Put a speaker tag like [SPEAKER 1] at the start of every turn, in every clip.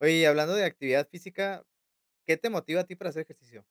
[SPEAKER 1] Oye, y hablando de actividad física, ¿qué te motiva a ti para hacer ejercicio?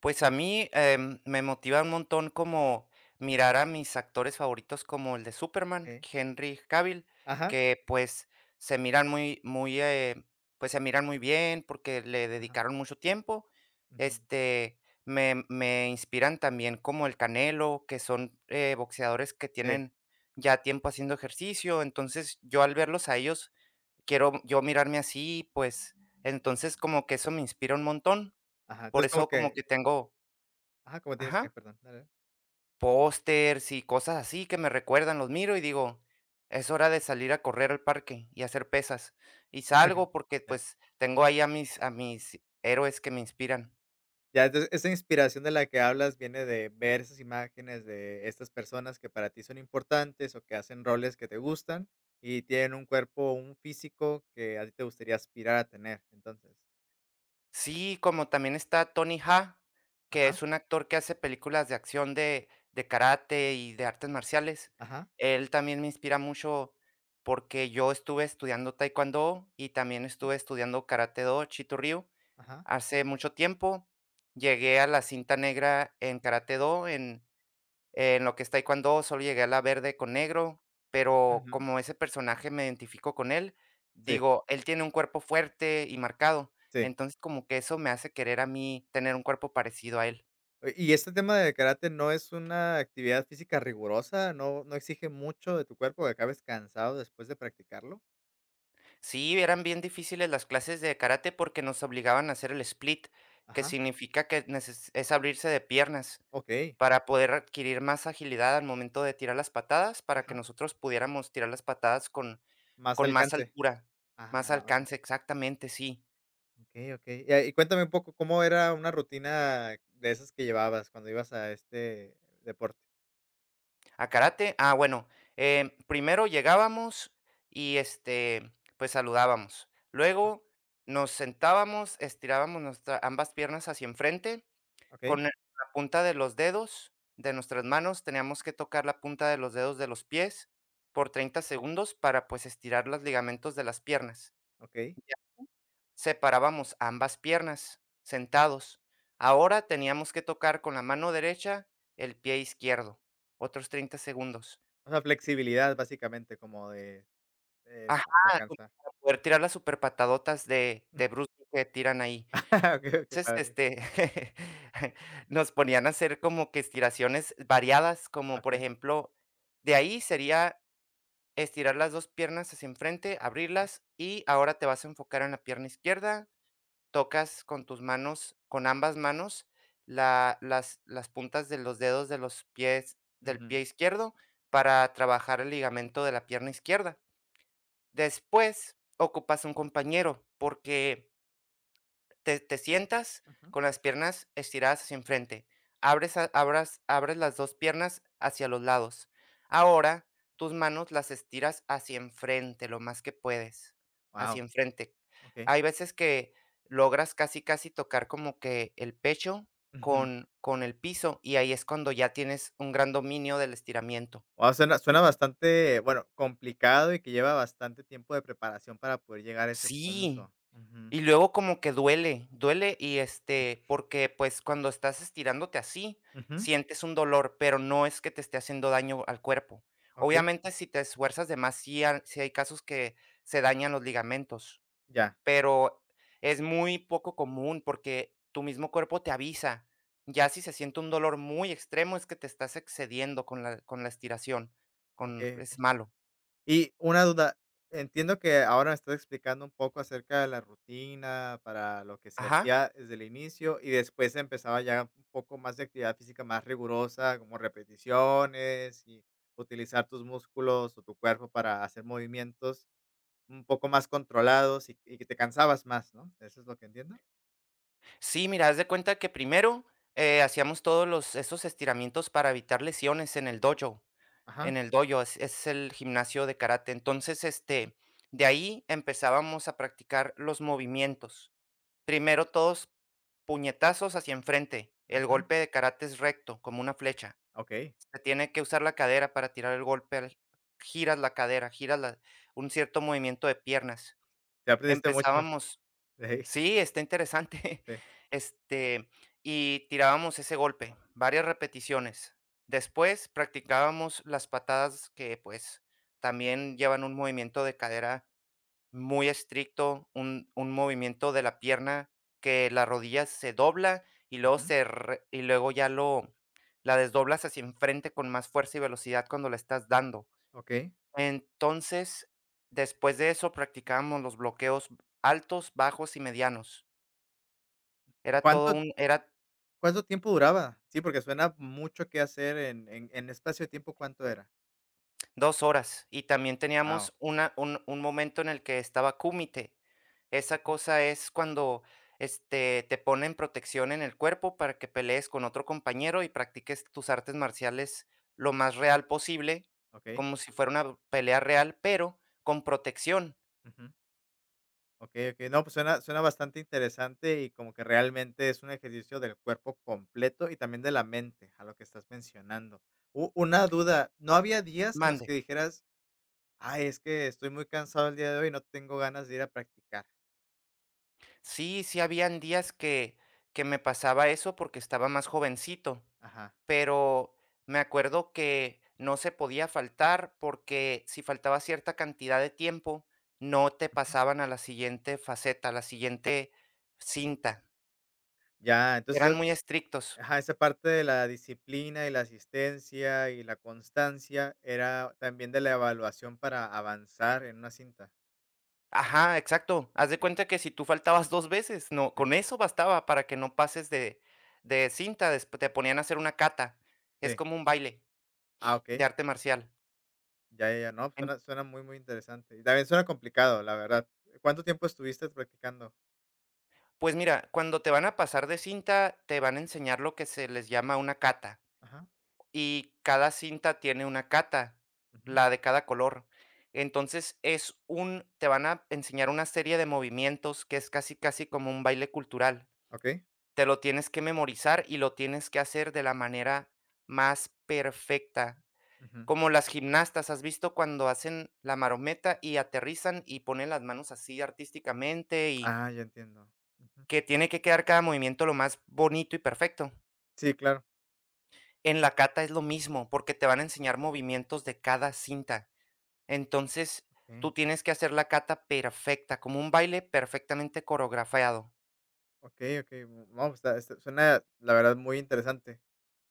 [SPEAKER 2] Pues a mí, me motiva un montón como mirar a mis actores favoritos como el de Superman,
[SPEAKER 1] ¿Eh?
[SPEAKER 2] Henry Cavill,
[SPEAKER 1] Ajá,
[SPEAKER 2] que pues se miran muy, muy, pues se miran muy bien porque le
[SPEAKER 1] ajá.
[SPEAKER 2] dedicaron mucho tiempo.
[SPEAKER 1] Ujú.
[SPEAKER 2] Me inspiran también como el Canelo, que son boxeadores que
[SPEAKER 1] Sí,
[SPEAKER 2] tienen ya tiempo haciendo ejercicio. Entonces yo al verlos a ellos, quiero yo mirarme así, pues entonces como que eso me inspira un montón.
[SPEAKER 1] ajá.
[SPEAKER 2] Por
[SPEAKER 1] Entonces, como
[SPEAKER 2] eso como
[SPEAKER 1] que
[SPEAKER 2] que tengo.
[SPEAKER 1] ajá, como tienes que,
[SPEAKER 2] Ajá,
[SPEAKER 1] perdón. Dale, dale.
[SPEAKER 2] pósters y cosas así que me recuerdan, los miro y digo: "Es hora de salir a correr al parque y hacer pesas", y
[SPEAKER 1] Ajá,
[SPEAKER 2] salgo porque,
[SPEAKER 1] ya.
[SPEAKER 2] pues, tengo ahí a mis héroes que me inspiran.
[SPEAKER 1] Ya, entonces, esa inspiración de la que hablas viene de ver esas imágenes de estas personas que para ti son importantes, o que hacen roles que te gustan, y tienen un cuerpo, un físico que a ti te gustaría aspirar a tener, entonces.
[SPEAKER 2] Sí, como también está Tony Jaa, que
[SPEAKER 1] Ajá,
[SPEAKER 2] es un actor que hace películas de acción de karate y de artes marciales.
[SPEAKER 1] ajá,
[SPEAKER 2] Él también me inspira mucho porque yo estuve estudiando taekwondo y también
[SPEAKER 1] ujú,
[SPEAKER 2] estuve estudiando karate do, Chito Ryu.
[SPEAKER 1] ajá.
[SPEAKER 2] Hace mucho tiempo llegué a la cinta negra en Karate Do, en lo que es Taekwondo solo llegué a la verde con negro, pero
[SPEAKER 1] Ujú.
[SPEAKER 2] como ese personaje me identifico con él,
[SPEAKER 1] Sí,
[SPEAKER 2] digo, él tiene un cuerpo fuerte y marcado,
[SPEAKER 1] sí.
[SPEAKER 2] entonces como que eso me hace querer a mí tener un cuerpo parecido a él.
[SPEAKER 1] Oye, y este tema de karate no es una actividad física rigurosa, no no exige mucho de tu cuerpo, que acabes cansado después de practicarlo.
[SPEAKER 2] Sí, eran bien difíciles las clases de karate porque nos obligaban a hacer el split, que
[SPEAKER 1] Ajá,
[SPEAKER 2] significa que neces es abrirse de piernas.
[SPEAKER 1] okey.
[SPEAKER 2] Para poder adquirir más agilidad al momento de tirar las patadas, para que
[SPEAKER 1] Ajá,
[SPEAKER 2] nosotros pudiéramos tirar las patadas con
[SPEAKER 1] más
[SPEAKER 2] con más
[SPEAKER 1] alcance.
[SPEAKER 2] altura, más
[SPEAKER 1] Ajá, okey,
[SPEAKER 2] alcance, exactamente, sí.
[SPEAKER 1] okey, okey. Y cuéntame un poco, ¿cómo era una rutina de esas que llevabas cuando ibas a este deporte?
[SPEAKER 2] A karate, ah, bueno, primero llegábamos y, pues, saludábamos.
[SPEAKER 1] Ah,
[SPEAKER 2] Luego nos sentábamos, estirábamos nuestra ambas piernas hacia enfrente,
[SPEAKER 1] okey,
[SPEAKER 2] con la punta de los dedos de nuestras manos teníamos que tocar la punta de los dedos de los pies por 30 segundos para, pues, estirar los ligamentos de las piernas.
[SPEAKER 1] okey.
[SPEAKER 2] Separábamos ambas piernas, sentados. Ahora teníamos que tocar con la mano derecha el pie izquierdo. Otros 30 segundos.
[SPEAKER 1] O sea, flexibilidad básicamente, como de, eh,
[SPEAKER 2] Ajá, como
[SPEAKER 1] alcanzar.
[SPEAKER 2] para poder tirar las superpatadotas de Bruce Lee que tiran ahí.
[SPEAKER 1] Okey, qué
[SPEAKER 2] Entonces,
[SPEAKER 1] padre.
[SPEAKER 2] nos ponían a hacer como que estiraciones variadas, como por
[SPEAKER 1] Okey.
[SPEAKER 2] ejemplo, de ahí sería estirar las 2 piernas hacia enfrente, abrirlas, y ahora te vas a enfocar en la pierna izquierda tocas con tus manos, con ambas manos, la las puntas de los dedos de los pies del
[SPEAKER 1] Wow.
[SPEAKER 2] pie izquierdo para trabajar el ligamento de la pierna izquierda. Después, ocupas un compañero, porque te sientas
[SPEAKER 1] Ujú.
[SPEAKER 2] con las piernas estiradas hacia enfrente. Abres las dos piernas hacia los lados. Ahora tus manos las estiras hacia enfrente lo más que puedes. Hacia enfrente. Hay veces que logras casi casi tocar como que el pecho
[SPEAKER 1] Ujú.
[SPEAKER 2] con el piso y ahí es cuando ya tienes un gran dominio del estiramiento.
[SPEAKER 1] Guau, suena bastante, bueno, complicado y que lleva bastante tiempo de preparación para poder llegar a ese
[SPEAKER 2] Sí,
[SPEAKER 1] punto. Ujú,
[SPEAKER 2] y luego como que duele, duele y, porque, pues, cuando estás estirándote así,
[SPEAKER 1] ujú,
[SPEAKER 2] sientes un dolor, pero no es que te esté haciendo daño al cuerpo.
[SPEAKER 1] okey,
[SPEAKER 2] Obviamente, si te esfuerzas de más, sí hay casos que se dañan los ligamentos,
[SPEAKER 1] ya,
[SPEAKER 2] pero es muy poco común porque tu mismo cuerpo te avisa. Ya si se siente un dolor muy extremo, es que te estás excediendo con la estiración, con
[SPEAKER 1] okey,
[SPEAKER 2] es
[SPEAKER 1] okey.
[SPEAKER 2] malo.
[SPEAKER 1] Y una duda, entiendo que ahora me estás explicando un poco acerca de la rutina para lo que se
[SPEAKER 2] Ajá.
[SPEAKER 1] hacía desde el inicio y después empezaba ya un poco más de actividad física más rigurosa, como repeticiones y utilizar tus músculos o tu cuerpo para hacer movimientos un poco más controlados y que te cansabas más, ¿no? ¿Eso es lo que entiendo?
[SPEAKER 2] Sí, mira, haz de cuenta que primero, hacíamos todos los esos estiramientos para evitar lesiones en el dojo,
[SPEAKER 1] Ajá,
[SPEAKER 2] en el dojo es el gimnasio de karate. Entonces, de ahí empezábamos a practicar los movimientos. Primero todos puñetazos hacia enfrente, el
[SPEAKER 1] ujú,
[SPEAKER 2] golpe de karate es recto, como una flecha.
[SPEAKER 1] okey.
[SPEAKER 2] Se tiene que usar la cadera para tirar el golpe al giras la cadera, giras la un cierto movimiento de piernas.
[SPEAKER 1] Sí aprendiste mucho.
[SPEAKER 2] Empezábamos.
[SPEAKER 1] Sí,
[SPEAKER 2] Sí, está interesante.
[SPEAKER 1] sí.
[SPEAKER 2] Este, y tirábamos ese golpe, varias repeticiones. Después practicábamos las patadas que pues también llevan un movimiento de cadera muy estricto, un movimiento de la pierna que la rodilla se dobla y luego
[SPEAKER 1] Ujú.
[SPEAKER 2] y luego ya lo la desdoblas hacia enfrente con más fuerza y velocidad cuando la estás dando.
[SPEAKER 1] Okey.
[SPEAKER 2] Entonces, después de eso practicábamos los bloqueos altos, bajos y medianos. Era todo
[SPEAKER 1] ¿Cuánto
[SPEAKER 2] un era
[SPEAKER 1] cuánto tiempo duraba? Sí, porque suena mucho que hacer en espacio de tiempo, ¿cuánto era?
[SPEAKER 2] 2 horas, y también
[SPEAKER 1] Wow.
[SPEAKER 2] teníamos una un momento en el que estaba Kumite. Esa
[SPEAKER 1] Ujú.
[SPEAKER 2] cosa es cuando, te ponen protección en el cuerpo para que pelees con otro compañero y practiques tus artes marciales lo más real posible,
[SPEAKER 1] Okey,
[SPEAKER 2] como si fuera una pelea real, pero con protección.
[SPEAKER 1] ujú, okey, okey. No, pues suena suena bastante interesante y como que realmente es un ejercicio del cuerpo completo y también de la mente, a lo que estás mencionando. U una duda, ¿no había días en los
[SPEAKER 2] Mande.
[SPEAKER 1] que dijeras: "Ay, es que estoy muy cansado el día de hoy, no tengo ganas de ir a practicar"?
[SPEAKER 2] Sí, sí habían días que me pasaba eso porque estaba más jovencito.
[SPEAKER 1] Ajá.
[SPEAKER 2] Pero me acuerdo que no se podía faltar porque si faltaba cierta cantidad de tiempo, no te pasaban a la siguiente faceta, a la siguiente cinta.
[SPEAKER 1] Ya,
[SPEAKER 2] Eran
[SPEAKER 1] entonces,
[SPEAKER 2] muy estrictos.
[SPEAKER 1] ajá, esa parte de la disciplina y la asistencia y la constancia era también de la evaluación para avanzar en una cinta.
[SPEAKER 2] Ajá, exacto. Haz de
[SPEAKER 1] Okey,
[SPEAKER 2] cuenta que si tú faltabas dos veces, no,
[SPEAKER 1] sí,
[SPEAKER 2] con eso bastaba para que no pases de cinta. Después te ponían a hacer una cata. Es
[SPEAKER 1] sí.
[SPEAKER 2] como un baile
[SPEAKER 1] Ah,
[SPEAKER 2] de
[SPEAKER 1] okey.
[SPEAKER 2] arte marcial.
[SPEAKER 1] Ya, ya, ya. No, pues
[SPEAKER 2] En-
[SPEAKER 1] suena muy, muy interesante. Y también suena complicado, la verdad. ¿Cuánto tiempo estuviste practicando?
[SPEAKER 2] Pues mira, cuando te van a pasar de cinta, te van a enseñar lo que se les llama una cata.
[SPEAKER 1] Ajá,
[SPEAKER 2] Y cada cinta tiene una cata,
[SPEAKER 1] ujú,
[SPEAKER 2] la de cada color. Entonces es un te van a enseñar una serie de movimientos que es casi, casi como un baile cultural.
[SPEAKER 1] okey,
[SPEAKER 2] Te lo tienes que memorizar y lo tienes que hacer de la manera más perfecta.
[SPEAKER 1] ujú.
[SPEAKER 2] Como las gimnastas, ¿has visto cuando hacen la marometa y aterrizan y ponen las manos así artísticamente y
[SPEAKER 1] Ah, ya entiendo. Ujú.
[SPEAKER 2] que tiene que quedar cada movimiento lo más bonito y perfecto?
[SPEAKER 1] Sí, claro,
[SPEAKER 2] En la cata es lo mismo, porque te van a enseñar movimientos de cada cinta. Entonces,
[SPEAKER 1] okey.
[SPEAKER 2] tú tienes que hacer la cata perfecta, como un baile perfectamente coreografiado.
[SPEAKER 1] Okey, okey. Mm, no, pues, está suena, la verdad, muy interesante.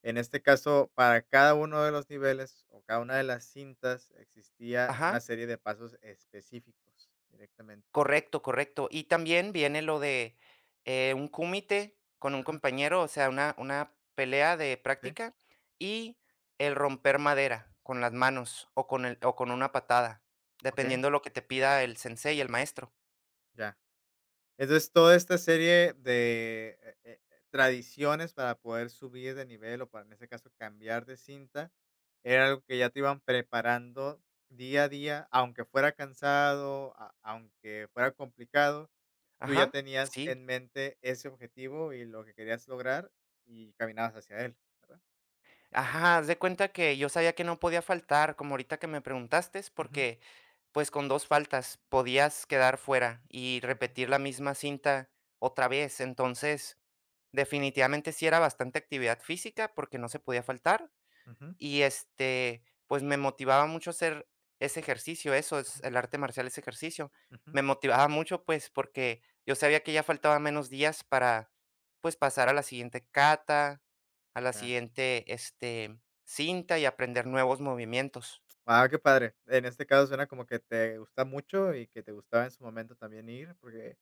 [SPEAKER 1] En este caso, para cada uno de los niveles o cada una de las cintas existía una
[SPEAKER 2] Ajá,
[SPEAKER 1] serie de pasos específicos directamente.
[SPEAKER 2] correcto, correcto. Y también viene lo de, un kumite con un
[SPEAKER 1] Ajá.
[SPEAKER 2] compañero, o sea, una pelea de
[SPEAKER 1] Sí,
[SPEAKER 2] práctica, y el romper madera con las manos, o con una patada,
[SPEAKER 1] okey.
[SPEAKER 2] dependiendo lo que te pida el sensei, el maestro.
[SPEAKER 1] Ya. Entonces, toda esta serie de, tradiciones para poder subir de nivel o para, en este caso, cambiar de cinta, era algo que ya te iban preparando día a día, aunque fuera cansado, a aunque fuera complicado. Tú ya
[SPEAKER 2] Ajá,
[SPEAKER 1] tenías
[SPEAKER 2] sí.
[SPEAKER 1] en mente ese objetivo y lo que querías lograr y caminabas hacia él, ¿verdad?
[SPEAKER 2] Ajá, haz de cuenta que yo sabía que no podía faltar, como ahorita que me preguntaste, es
[SPEAKER 1] Ujú,
[SPEAKER 2] porque, pues, con 2 faltas podías quedar fuera y
[SPEAKER 1] ujú,
[SPEAKER 2] repetir la misma cinta otra vez. Entonces, definitivamente sí era bastante actividad física porque no se podía faltar.
[SPEAKER 1] ujú,
[SPEAKER 2] Y, pues, me motivaba mucho hacer ese ejercicio, eso es
[SPEAKER 1] ujú,
[SPEAKER 2] el arte marcial, ese ejercicio.
[SPEAKER 1] ujú.
[SPEAKER 2] Me motivaba mucho, pues, porque yo sabía que ya faltaban menos días para, pues, pasar a la siguiente kata, a la
[SPEAKER 1] Ya.
[SPEAKER 2] siguiente, cinta y aprender nuevos movimientos.
[SPEAKER 1] Ah, qué padre. En este caso suena como que te gusta mucho y que te gustaba en su momento también ir, porque,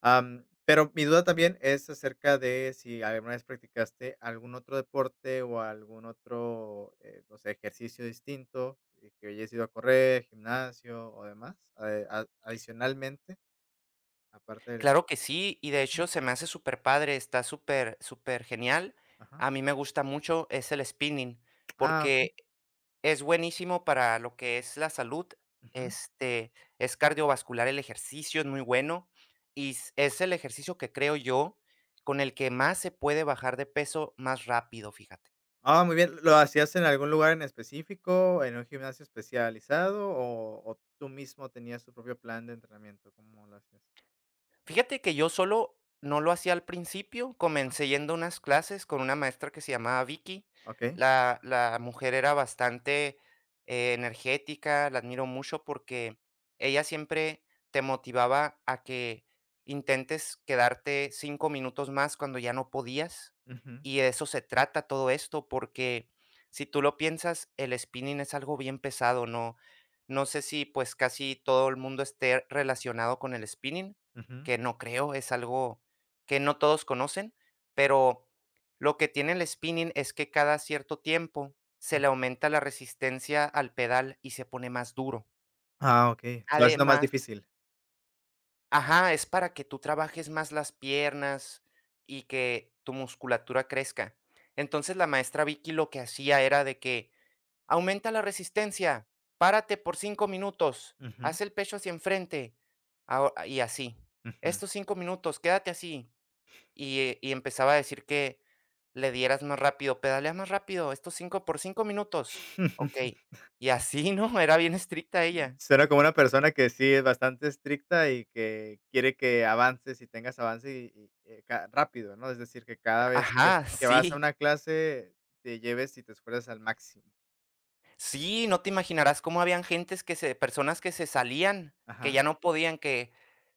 [SPEAKER 1] pero mi duda también es acerca de si alguna vez practicaste algún otro deporte o algún otro, no sé, ejercicio distinto, que hayas ido a correr, gimnasio o demás, adicionalmente, aparte del.
[SPEAKER 2] Claro que sí, y de
[SPEAKER 1] Ujú.
[SPEAKER 2] hecho se me hace súper padre. Está súper súper genial.
[SPEAKER 1] Ajá.
[SPEAKER 2] A mí me gusta mucho, es el spinning,
[SPEAKER 1] Ah, okey.
[SPEAKER 2] porque es buenísimo para lo que es la salud,
[SPEAKER 1] Ujú.
[SPEAKER 2] este, es cardiovascular el ejercicio, es muy bueno, y s es el ejercicio que creo yo, con el que más se puede bajar de peso más rápido, fíjate.
[SPEAKER 1] Ah, muy bien, ¿lo hacías en algún lugar en específico, en un gimnasio especializado o tú mismo tenías tu propio plan de entrenamiento? ¿Cómo lo hacías?
[SPEAKER 2] Fíjate que yo solo no lo hacía al principio, comencé yendo a unas clases con una maestra que se llamaba Vicky.
[SPEAKER 1] Okey.
[SPEAKER 2] La mujer era bastante, energética, la admiro mucho porque ella siempre te motivaba a que intentes quedarte 5 minutos más cuando ya no podías,
[SPEAKER 1] Ujú,
[SPEAKER 2] y de eso se trata todo esto, porque si tú lo piensas, el spinning es algo bien pesado, no sé si, pues, casi todo el mundo esté relacionado con el spinning,
[SPEAKER 1] ujú.
[SPEAKER 2] que no creo, es algo que no todos conocen, pero lo que tiene el spinning es que cada cierto tiempo se le aumenta la resistencia al pedal y se pone más duro.
[SPEAKER 1] Ah, okey, se va haciendo más
[SPEAKER 2] Además,
[SPEAKER 1] difícil.
[SPEAKER 2] ajá, es para que tú trabajes más las piernas y que tu musculatura crezca. Entonces la maestra Vicky lo que hacía era de que aumenta la resistencia, párate por 5 minutos,
[SPEAKER 1] Ujú,
[SPEAKER 2] haz el pecho hacia enfrente, y así.
[SPEAKER 1] ujú.
[SPEAKER 2] Estos 5 minutos, quédate así, y empezaba a decir que le dieras más rápido, pedalea más rápido, estos 5 por 5 minutos, okey. Y así, ¿no? Era bien estricta ella.
[SPEAKER 1] Suena como una persona que sí es bastante estricta y que quiere que avances y tengas avance y, ca rápido, ¿no? Es decir, que cada vez que
[SPEAKER 2] Ajá,
[SPEAKER 1] vas a
[SPEAKER 2] sí,
[SPEAKER 1] una clase te lleves y te esfuerces al máximo.
[SPEAKER 2] sí, no te imaginarás cómo habían gentes que se personas que se salían, que
[SPEAKER 1] Ajá.
[SPEAKER 2] ya no podían, que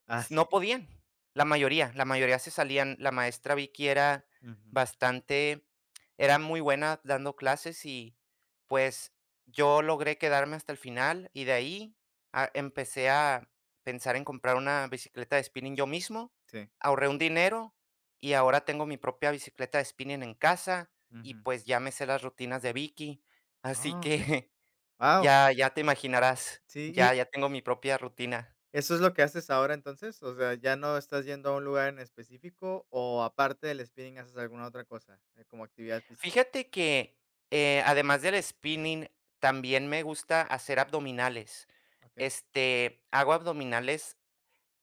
[SPEAKER 1] Ah, sí.
[SPEAKER 2] no podían, la mayoría se salían. La maestra Vicky era
[SPEAKER 1] Ujú.
[SPEAKER 2] bastante era muy buena dando clases y, pues, yo logré quedarme hasta el final, y de ahí, empecé a pensar en comprar una bicicleta de spinning yo mismo,
[SPEAKER 1] Sí,
[SPEAKER 2] ahorré un dinero, y ahora tengo mi propia bicicleta de spinning en casa, y,
[SPEAKER 1] ujú.
[SPEAKER 2] pues, ya me sé las rutinas de Vicky, así
[SPEAKER 1] Ah,
[SPEAKER 2] que
[SPEAKER 1] okey. Wow.
[SPEAKER 2] ya ya te imaginarás,
[SPEAKER 1] Sí,
[SPEAKER 2] ya
[SPEAKER 1] ¿y
[SPEAKER 2] ya tengo mi propia rutina.
[SPEAKER 1] eso es lo que haces ahora entonces? O sea, ¿ya no estás yendo a un lugar en específico o aparte del spinning haces alguna otra cosa, como actividad física?
[SPEAKER 2] Fíjate que, además del spinning, también me gusta hacer abdominales.
[SPEAKER 1] ¿Ok?
[SPEAKER 2] Hago abdominales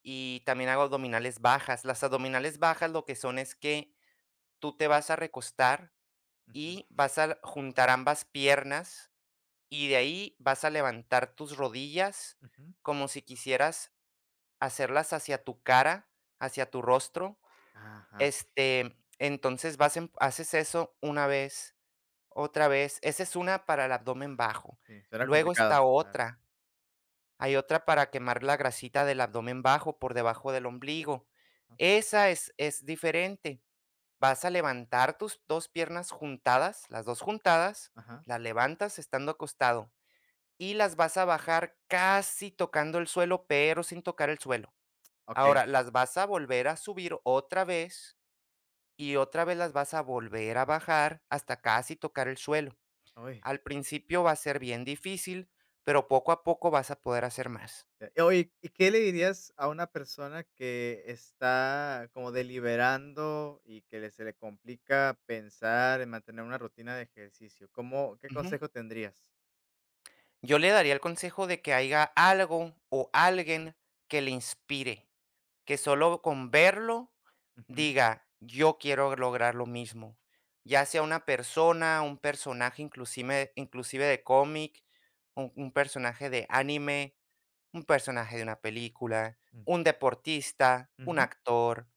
[SPEAKER 2] y también hago abdominales bajas. Las abdominales bajas lo que son es que tú te vas a recostar
[SPEAKER 1] Ujú,
[SPEAKER 2] y vas a juntar ambas piernas y de ahí vas a levantar tus rodillas
[SPEAKER 1] ujú.
[SPEAKER 2] como si quisieras hacerlas hacia tu cara, hacia tu rostro.
[SPEAKER 1] Ajá,
[SPEAKER 2] Entonces vas en haces eso una vez otra vez, esa es una para el abdomen bajo.
[SPEAKER 1] sí, suena
[SPEAKER 2] Luego
[SPEAKER 1] complicado.
[SPEAKER 2] está
[SPEAKER 1] Claro.
[SPEAKER 2] otra, hay otra para quemar la grasita del abdomen bajo por debajo del ombligo.
[SPEAKER 1] Ajá.
[SPEAKER 2] Esa es diferente. Vas a levantar tus dos piernas juntadas, las dos juntadas,
[SPEAKER 1] Ajá.
[SPEAKER 2] las levantas estando acostado y las vas a bajar casi tocando el suelo, pero sin tocar el suelo.
[SPEAKER 1] Okey.
[SPEAKER 2] Ahora las vas a volver a subir otra vez y otra vez las vas a volver a bajar hasta casi tocar el suelo.
[SPEAKER 1] Uy.
[SPEAKER 2] Al principio va a ser bien difícil, pero poco a poco vas a poder hacer más.
[SPEAKER 1] Oye, ¿y qué le dirías a una persona que está como deliberando y que le se le complica pensar en mantener una rutina de ejercicio? ¿Cómo qué
[SPEAKER 2] Ujú.
[SPEAKER 1] consejo tendrías?
[SPEAKER 2] Yo le daría el consejo de que haya algo o alguien que le inspire, que solo con verlo diga, yo quiero lograr lo mismo, ya sea una persona, un personaje inclusive, inclusive de cómic, un personaje de anime, un personaje de una película,
[SPEAKER 1] Ujú.
[SPEAKER 2] un deportista, un
[SPEAKER 1] Ujú,
[SPEAKER 2] actor,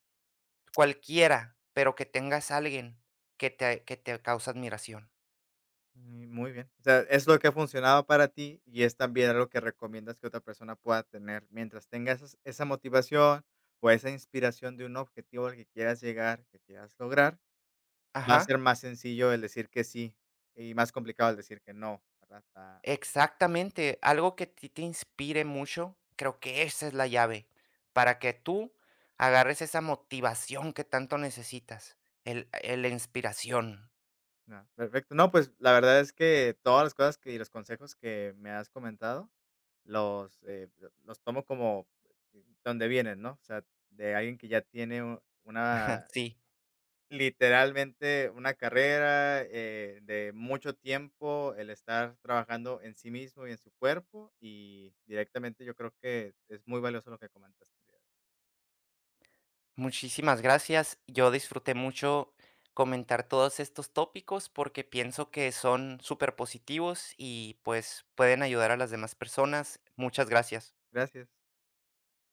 [SPEAKER 2] cualquiera, pero que tengas alguien que te causa admiración.
[SPEAKER 1] mm, muy bien. O sea, es lo que ha funcionado para ti y es también algo que recomiendas que otra persona pueda tener. Mientras tengas esa motivación o esa inspiración de un objetivo al que quieras llegar, que quieras lograr, va a ser
[SPEAKER 2] Ajá,
[SPEAKER 1] más sencillo el decir que sí y más complicado el decir que no, ¿verdad? Ah,
[SPEAKER 2] exactamente. Algo que ti te inspire mucho, creo que esa es la llave para que tú agarres esa motivación que tanto necesitas, el la inspiración.
[SPEAKER 1] no, perfecto. No, pues la verdad es que todas las cosas que, y los consejos que me has comentado los, los tomo como donde vienen, ¿no? O sea, de alguien que ya tiene u- una
[SPEAKER 2] Sí,
[SPEAKER 1] literalmente una carrera, de mucho tiempo, el estar trabajando en sí mismo y en su cuerpo, y directamente yo creo que es muy valioso lo que comentaste.
[SPEAKER 2] muchísimas gracias. Yo disfruté mucho comentar todos estos tópicos porque pienso que son súper positivos y, pues, pueden ayudar a las demás personas. Muchas gracias.
[SPEAKER 1] Gracias.